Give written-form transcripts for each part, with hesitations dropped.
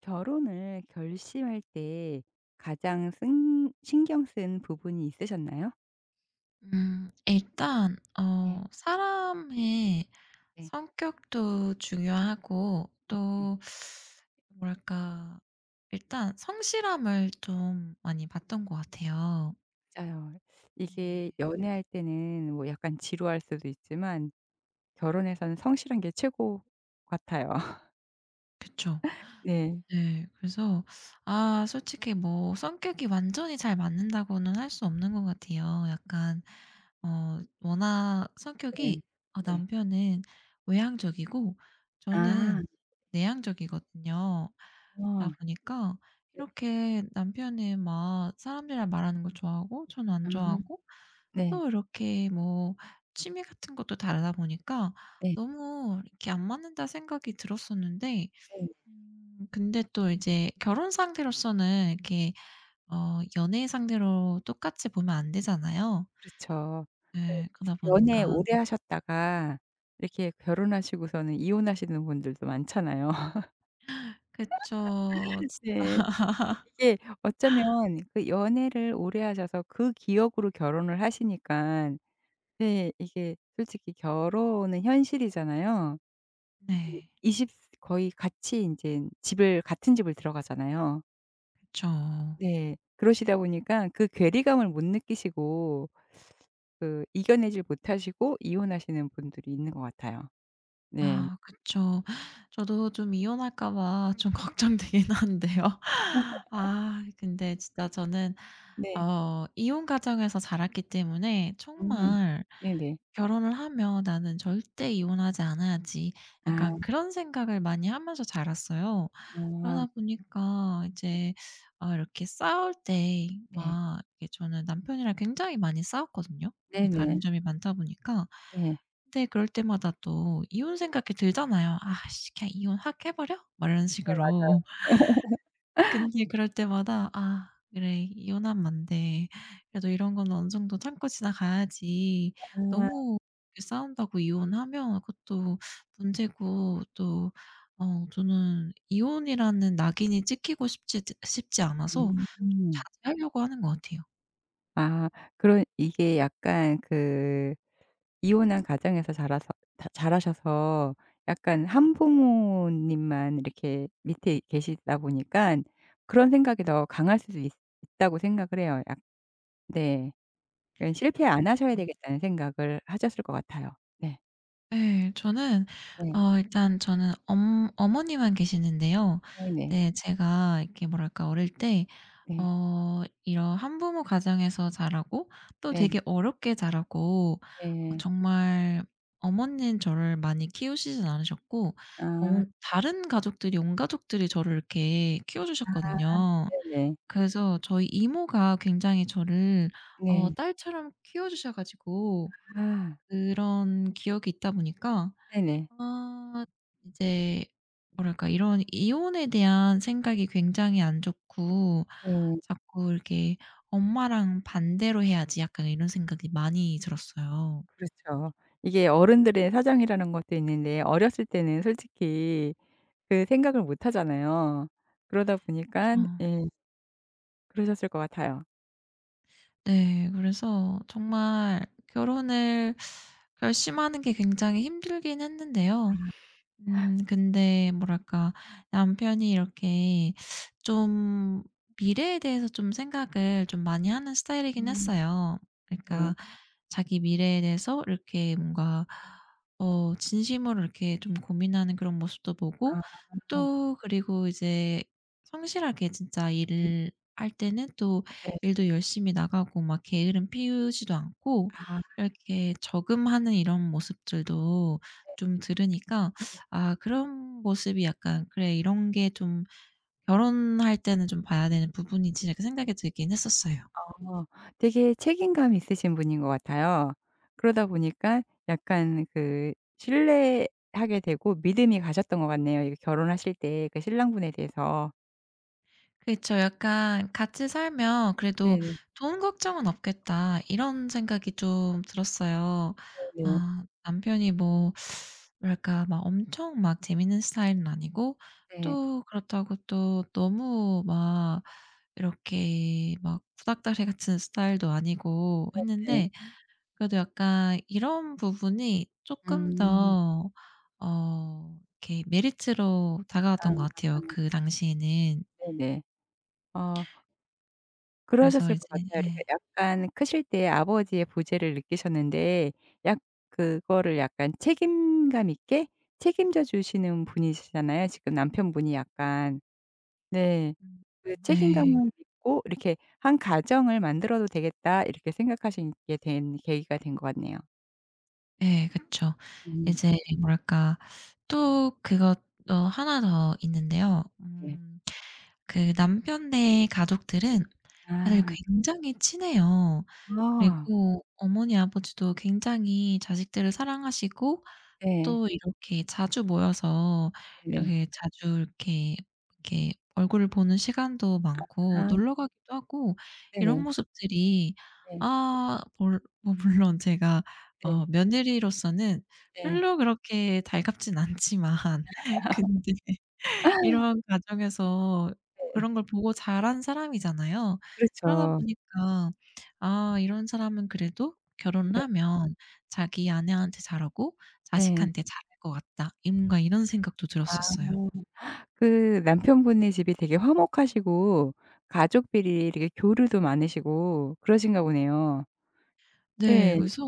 결혼을 결심할 때 가장 쓴 신경 쓴 부분이 있으셨나요? 일단 네. 사람의 네. 성격도 중요하고 네, 또 뭐랄까 일단 성실함을 좀 많이 봤던 것 같아요. 맞아요. 네. 이게 연애할 때는 뭐 약간 지루할 수도 있지만 결혼해서는 성실한 게 최고 같아요. 그쵸. 네. 네. 그래서 아 솔직히 뭐 성격이 완전히 잘 맞는다고는 할 수 없는 것 같아요. 약간 워낙 네. 성격이 네. 남편은 외향적이고 아. 저는 내향적이거든요. 어. 그러다 보니까 네. 이렇게 남편은 막 사람들이랑 말하는 걸 좋아하고 저는 안 아. 좋아하고 네. 또 이렇게 뭐 취미 같은 것도 다르다 보니까 네. 너무 이렇게 안 맞는다 생각이 들었었는데 네네. 근데 또 이제 결혼 상대로서는 이렇게 연애 상대로 똑같이 보면 안 되잖아요. 그렇죠. 네, 그러다 연애 보니까 오래 하셨다가 이렇게 결혼하시고서는 이혼하시는 분들도 많잖아요. 그쵸. 지 네. 이게 어쩌면 그 연애를 오래 하셔서 그 기억으로 결혼을 하시니까 네, 이게 솔직히 결혼은 현실이잖아요. 네. 이십 거의 같이 인제 집을 같은 집을 들어가잖아요. 그쵸. 네. 그러시다 보니까 그 괴리감을 못 느끼시고 그 이겨내질 못하시고 이혼하시는 분들이 있는 것 같아요. 네. 아 그쵸. 저도 좀 이혼할까 봐 좀 걱정되긴 한데요. 아 근데 진짜 저는 네. 이혼 가정에서 자랐기 때문에 음. 정말 네네. '결혼을 하면 나는 절대 이혼하지 않아야지.' 약간 아. 그런 생각을 많이 하면서 자랐어요. 그러다 보니까 이제 아 이렇게 싸울 때 네. 막 이게 저는 남편이랑 굉장히 많이 싸웠거든요, 이게 네네. 다른 점이 많다 보니까. 네. 근데 그럴 때마다 또 이혼 생각이 들잖아요. '아씨 그냥 이혼 확 해 버려?' 막 이런 네, 식으로. 맞아요. 근데 그럴 때마다 '아 그래. 이혼하면 안 돼. 그래도 이런 거는 어느 정도 참고 지나가야지.' 아. 너무 이렇게 싸운다고 이혼하면 그것도 문제고 또 저는 이혼이라는 낙인이 찍히고 싶지 않아서 음. 자제하려고 하는 것 같아요. 아, 그런 이게 약간 그 이혼한 가정에서 자라서 다 자라셔서 약간 한부모님만 이렇게 밑에 계시다 보니까 그런 생각이 더 강할 수도 있다고 생각을 해요. 약 네. 그 실패 그쵸. 안 하셔야 되겠다는 생각을 하셨을 것 같아요. 네. 네, 저는 네. 일단 저는 엄 어머니만 계시는데요. 네네. 네 제가 이렇게 뭐랄까 어릴 때 네. 이런 한부모 가정에서 자라고 또 네. 되게 어렵게 자라고 네. 정말 어머니는 저를 많이 키우시진 않으셨고 아, 어 다른 가족들이 온 가족들이 저를 이렇게 키워 주셨거든요. 네네. 그래서 저희 이모가 굉장히 저를 네. 딸처럼 키워 주셔 가지고 아. 그런 기억이 있다 보니까 네네. 아 이제 뭐랄까 이런 이혼에 대한 생각이 굉장히 안 좋고 네. 자꾸 이렇게 '엄마랑 반대로 해야지.' 약간 이런 생각이 많이 들었어요. 그렇죠. 이게 어른들의 사정이라는 것도 있는데 어렸을 때는 솔직히 그 생각을 못 하잖아요. 그러다 보니 저, 까 예, 그러셨을 것 같아요. 네. 그래서 정말 결혼을 결심하는 게 굉장히 힘들긴 했는데요. 근데 뭐랄까 남편이 이렇게 좀 미래에 대해서 좀 생각을 좀 많이 하는 스타일이긴 음. 했어요. 네. 그러니까 자기 미래에 대해서 이렇게 뭔가 진심으로 이렇게 좀 고민하는 그런 모습도 보고 아. 또 그리고 이제 성실하게 진짜 음. 일을 할 때는 또 네. 일도 열심히 나가고 막 게으름 피우지도 않고 아 이렇게 저금하는 이런 모습들도 좀 들으니까 아 그런 모습이 약간 '그래 이런 게 좀 결혼할 때는 좀 봐야 되는 부분이지.' 이렇게 생각이 들긴 했었어요. 어 되게 책임감이 있으신 분인 것 같아요. 그러다 보니까 약간 그 신뢰하게 되고 믿음이 가셨던 것 같네요. 이게 결혼하실 때 그 신랑분에 대해서. 그렇죠 약간 '같이 살면 그래도 네네네네. 돈 걱정은 없겠다.' 이런 생각이 좀 들었어요. 아 남편이 뭐 뭐랄까 막 엄청 막 재밌는 스타일은 아니고 네. 또 그렇다고 또 너무 막 이렇게 막 구닥다리 같은 스타일도 아니고 네. 했는데 그래도 약간 이런 부분이 쪼끔 음. 더 이렇게 메리트로 다가왔던 것 아, 같아요 그 당시에는. 네네. 어, 그래서 그러셨을 이제 것 같아요. 이렇게 예. 약간 크실 때 아버지의 부재를 느끼셨는데 약 그거를 약간 책임감 있게 책임져 주시는 분이시잖아요. 지금 남편분이 약간 네. 음. 그 네. 책임감을 믿고 이렇게 '한 가정을 만들어도 되겠다.' 이렇게 생각하시게 된 계기가 된 것 같네요. 예 그쵸. 음, 이제 뭐랄까 또 그것 어 하나 더 있는데요. 네. 그 남편네 가족들은 다들 아. 굉장히 친해요. 아. 그리고 어머니 아버지도 굉장히 자식들을 사랑하시고 네. 또 이렇게 자주 모여서 네네. 이렇게 자주 이렇게 이렇게 얼굴을 보는 시간도 많고 아, 놀러 가기도 하고 이런 네네. 모습들이 네. 아 몰 뭐 물론 제가 네. 며느리로서는 네. 별로 그렇게 달갑진 않지만 근데 이런 과정에서 네. 그런 걸 보고 자란 사람이잖아요. 그러다 그렇죠. 보니까 '아 이런 사람은 그래도 결혼을 네. 하면 자기 아내한테 잘하고 네. 자식한테 잘할 것 같다.' 이 뭔가 이런 생각도 아. 들었었어요. 그 남편분의 집이 되게 화목하시고 가족끼리 되게 교류도 많으시고 그러신가 보네요. 네. 네. 그래서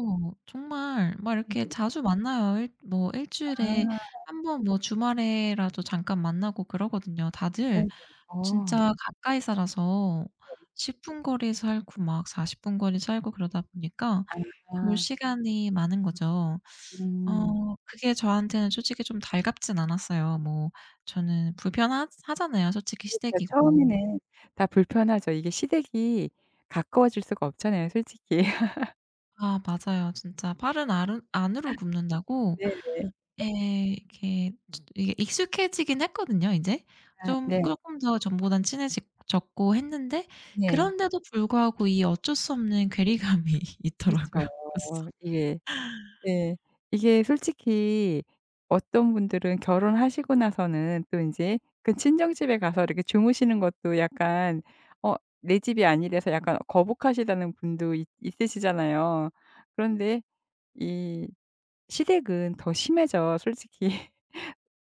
정말 막 네네. 이렇게 자주 만나요. 일 아, 주일에 한번 뭐 주말에라도 잠깐 만나고 그러거든요. 다들 네네. 어. 진짜 가까이 살아서 네. 10분 거리에 살고 막 40분 거리에 살고 그러다 보니까 볼 아, 시간이 많은 거죠. 음. 어 그게 저한테는 솔직히 좀 달갑진 않았어요. 뭐 저는 불편하 하잖아요 솔직히 그렇죠. 시댁이고. 처음에는 다 불편하죠. 이게 시댁이 가까워질 수가 없잖아요, 솔직히. 아 맞아요. 진짜 팔은 안으로 굽는다고 네네. 에 이렇게 이게 익숙해지긴 했거든요 이제 아, 좀 네. 조금 더 전보단 친해 졌고 했는데 네. 그런데도 불구하고 이 어쩔 수 없는 괴리감이 있더라고요. 그렇죠. 그래서 이게 네. 이게 솔직히 어떤 분들은 결혼하시고 나서는 또 인제 그 친정집에 가서 이렇게 주무시는 것도 약간 어 내 집이 아니래서 약간 거북하시다는 분도 있 있으시잖아요. 그런데 이 시댁은 더 심해져, 솔직히.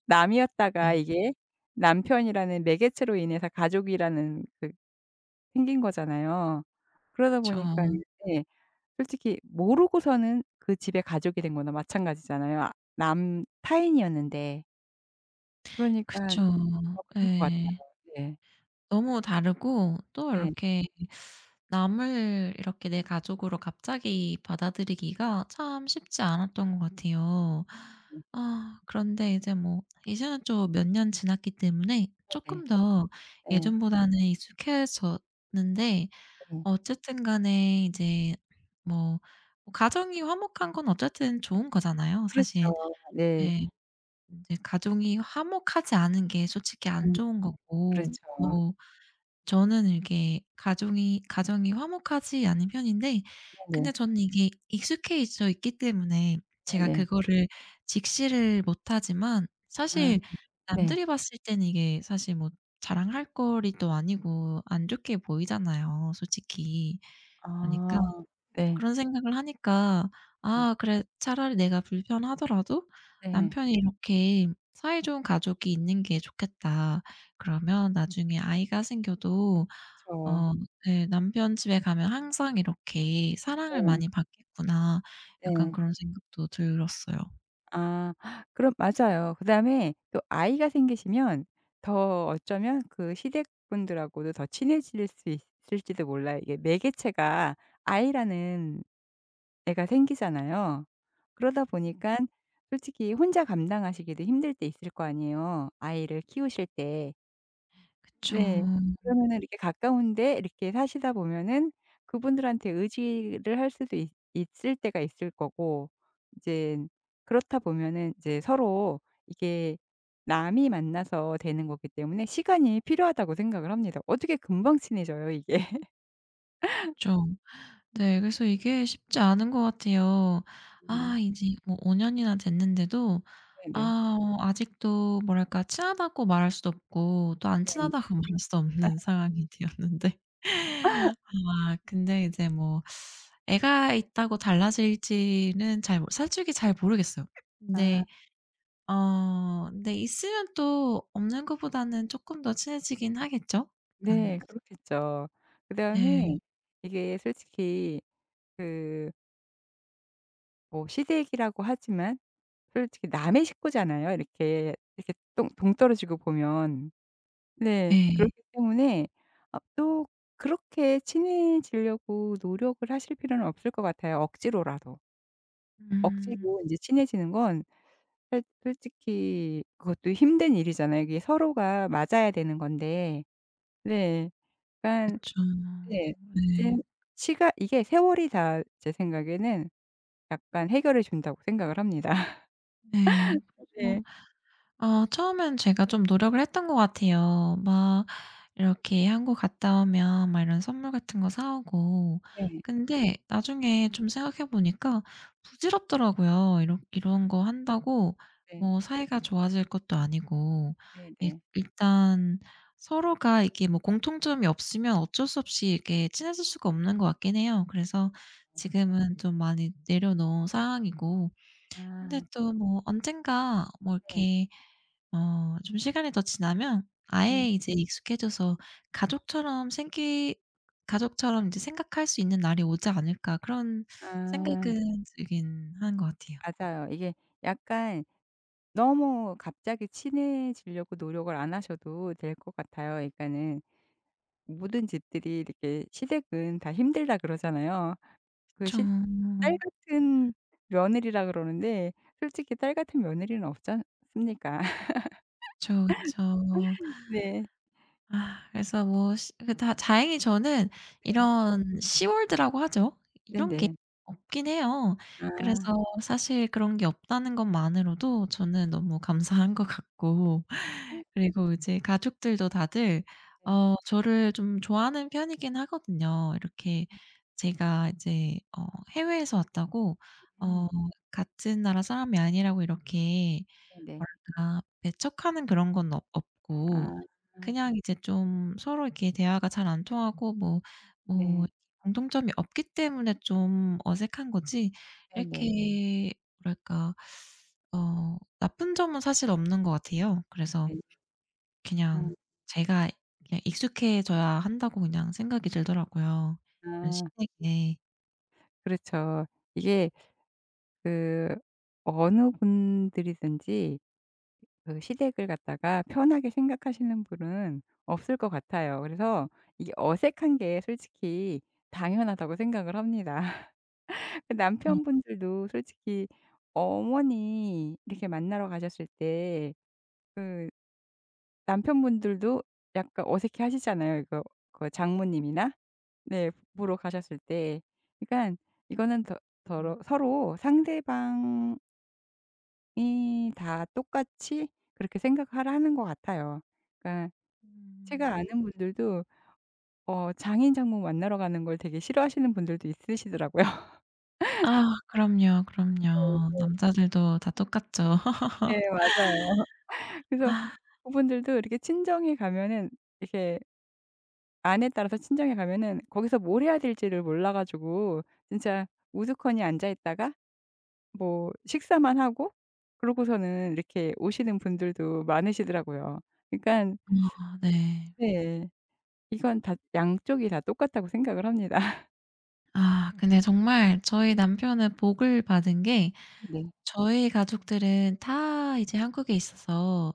남이었다가 네. 이게 남편이라는 매개체로 인해서 가족이라는 그 생긴 거잖아요. 그러다 그쵸. 보니까는 예. 솔직히 모르고서는 그 집의 가족이 된 거나 마찬가지잖아요. 아, 남 타인이었는데. 그러니깐 그쵸. 더 그럴 것 같아요. 예. 네. 너무 다르고 또 네. 이렇게 남을 이렇게 내 가족으로 갑자기 받아들이기가 참 쉽지 않았던 것 같아요. 음, 아 그런데 이제 뭐 이제는 좀 몇 년 지났기 때문에 네네. 조금 더 네. 예전보다는 익숙해졌는데 네. 어쨌든 간에 이제 뭐 가정이 화목한 건 어쨌든 좋은 거잖아요 사실. 그렇죠. 네. 예. 제 가정이 화목하지 않은 게 솔직히 안 음, 좋은 거고 그렇죠. 뭐 저는 이게 가정이 화목하지 않은 편인데 근데 네네. 저는 이게 익숙해져 있기 때문에 제가 네네. 그거를 직시를 못하지만 아, 사실 네. 남들이 봤을 때는 이게 사실 뭐 자랑할 거리도 아니고 안 좋게 보이잖아요, 솔직히. 그러니까 아, 네. 그런 생각을 하니까 네. '아 그래 차라리 내가 불편하더라도 네. 남편이 이렇게 사이 좋은 가족이 있는 게 좋겠다. 그러면 나중에 아이가 생겨도 그쵸. 어 네. 남편 집에 가면 항상 이렇게 사랑을 네. 많이 받겠구나.' 약간 네. 그런 생각도 들었어요. 아, 그럼 맞아요. 그다음에 또 아이가 생기시면 더 어쩌면 그 시댁 분들하고도 더 친해질 수 있을지도 몰라요. 이게 매개체가 아이라는 애가 생기잖아요. 그러다 보니까 솔직히 혼자 감당하시기도 힘들 때 있을 거 아니에요, 아이를 키우실 때. 그쵸. 네. 그러면은 이렇게 가까운데 이렇게 사시다 보면은 그분들한테 의지를 할 수도 있 있을 때가 있을 거고 이제 그렇다 보면은 이제 서로 이게 남이 만나서 되는 거기 때문에 시간이 필요하다고 생각을 합니다. 어떻게 금방 친해져요 이게. 그쵸. 네. 그래서 이게 쉽지 않은 것 같아요. 아 음. 이제 뭐 5 년이나 됐는데도 네네. 아 아직도 뭐랄까 친하다고 말할 수도 없고 또 안 네. 친하다고 말할 수 없는 상황이 되었는데 아 근데 이제 뭐 애가 있다고 달라질지는 잘 모 솔직히 잘 모르겠어요. 아, 근데 근데 있으면 또 없는 것보다는 조금 더 친해지긴 하겠죠? 약간 네. 그렇겠죠. 그다음에 네. 이게 솔직히 그 뭐 시댁이라고 하지만 솔직히 남의 식구잖아요. 이렇게 이렇게 동 동떨어지고 보면. 네. 네. 그렇기 때문에 아, 또 그렇게 친해지려고 노력을 하실 필요는 없을 것 같아요, 억지로라도. 음 억지로 인제 친해지는 건 솔 솔직히 그것도 힘든 일이잖아요. 이게 서로가 맞아야 되는 건데. 네. 그러니깐 그쵸. 네. 이제 네. 시간 이게 세월이 다 제 생각에는 약간 해결해 준다고 생각을 합니다. 네. 뭐. 네. 아 처음엔 제가 좀 노력을 했던 것 같아요. 막 이렇게 한국 갔다 오면 막 이런 선물 같은 거 사 오고. 네. 근데 나중에 좀 생각해 보니까 부질없더라고요. 이런 거 한다고 네. 뭐 사이가 좋아질 것도 아니고 일 네네. 일단 서로가 이게 뭐 공통점이 없으면 어쩔 수 없이 이렇게 친해질 수가 없는 것 같긴 해요. 그래서 지금은 좀 많이 내려놓은 상황이고 근데 아. 또 뭐 언젠가 뭐 네. 이렇게 좀 시간이 더 지나면 음. 아예 이제 익숙해져서 가족처럼 생기 가족처럼 이제 생각할 수 있는 날이 오지 않을까 그런 아, 생각은 들긴 하는 것 같아요. 맞아요. 이게 약간 너무 갑자기 친해지려고 노력을 안 하셔도 될 것 같아요. 그러니까는 모든 집들이 이렇게 "시댁은 다 힘들다." 그러잖아요. 그 시 딸 좀 같은 며느리라 그러는데 솔직히 딸 같은 며느리는 없지 않습니까? 그쵸, 그쵸. 네. 아 그래서 뭐 시 그 다 다행히 저는 네. 이런 시월드라고 하죠. 이런 게 네네. 없긴 해요. 그래서 아. 사실 그런 게 없다는 것만으로도 저는 너무 감사한 것 같고 그리고 이제 가족들도 다들 네. 저를 좀 좋아하는 편이긴 하거든요. 이렇게 제가 이제 해외에서 왔다고 어 음. 같은 나라 사람이 아니라고 이렇게 네네. 뭐랄까 배척하는 그런 건 없 없고 아. 그냥 이제 좀 서로 이렇게 대화가 잘 안 통하고 뭐 뭐 네. 공통점이 없기 때문에 좀 어색한 거지 네네. 이렇게 뭐랄까 나쁜 점은 사실 없는 것 같아요. 그래서 네. 아. 그냥 제가 그냥 익숙해져야 한다고 그냥 생각이 들더라고요, 이런 아. 시댁에. 그렇죠. 이게 그 어느 분들이든지 그 시댁을 갖다가 편하게 생각하시는 분은 없을 것 같아요. 그래서 이게 어색한 게 솔직히 당연하다고 생각을 합니다. 그 음. 남편분들도 솔직히 어머니 이렇게 만나러 가셨을 때 그 남편분들도 약간 어색해 하시잖아요. 이거 그 장모님이나 네 보러 가셨을 때. 그러니까 이거는 더 더러 서로 상대방 이 다 똑같이 그렇게 생각하라는 것 같아요. 그러니까 제가 네. 음. 아는 분들도 어 장인 장모 만나러 가는 걸 되게 싫어하시는 분들도 있으시더라고요. 아 그럼요, 그럼요. 남자들도 다 똑같죠. 네, 맞아요. 그래서 아 그분들도 이렇게 친정에 가면은 이렇게 안에 따라서 친정에 가면은 거기서 뭘 해야 될지를 몰라 가지고 진짜 우두커니 앉아 있다가 뭐 식사만 하고 그러고서는 이렇게 오시는 분들도 많으시더라고요. 그러니깐 네. 네. 이건 다 양쪽이 다 똑같다고 생각을 합니다. 아 근데 정말 저희 남편은 복을 받은 게 네. 저희 가족들은 다 이제 한국에 있어서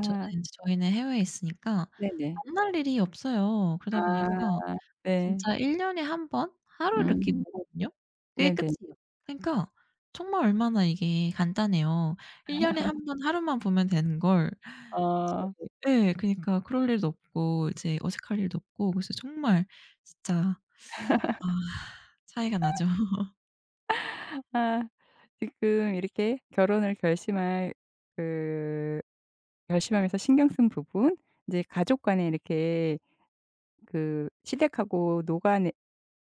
저는 인제 저희는 해외에 있으니까 네네. 만날 일이 없어요. 그러다 보니까 아, 네. 진짜 1 년에 한 번 하루 이렇게 음, 보거든요. 그게 네네. 끝이에요. 그러니까 정말 얼마나 이게 간단해요. 1 년에 한 번 하루만 보면 되는 걸 이제 어 예 그니까 그럴 일도 없고 이제 어색할 일도 없고 그래서 정말 진짜 아 차이가 나죠. 아 지금 이렇게 결혼을 결심할 그 결심하면서 신경 쓴 부분 인제 가족 간에 이렇게 그 시댁하고 노간에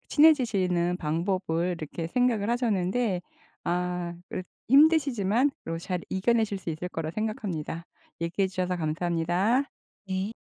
친해지시는 방법을 이렇게 생각을 하셨는데 아, 그래 힘드시지만 그래도 잘 이겨내실 수 있을 거라 생각합니다. 얘기해 주셔서 감사합니다. 네.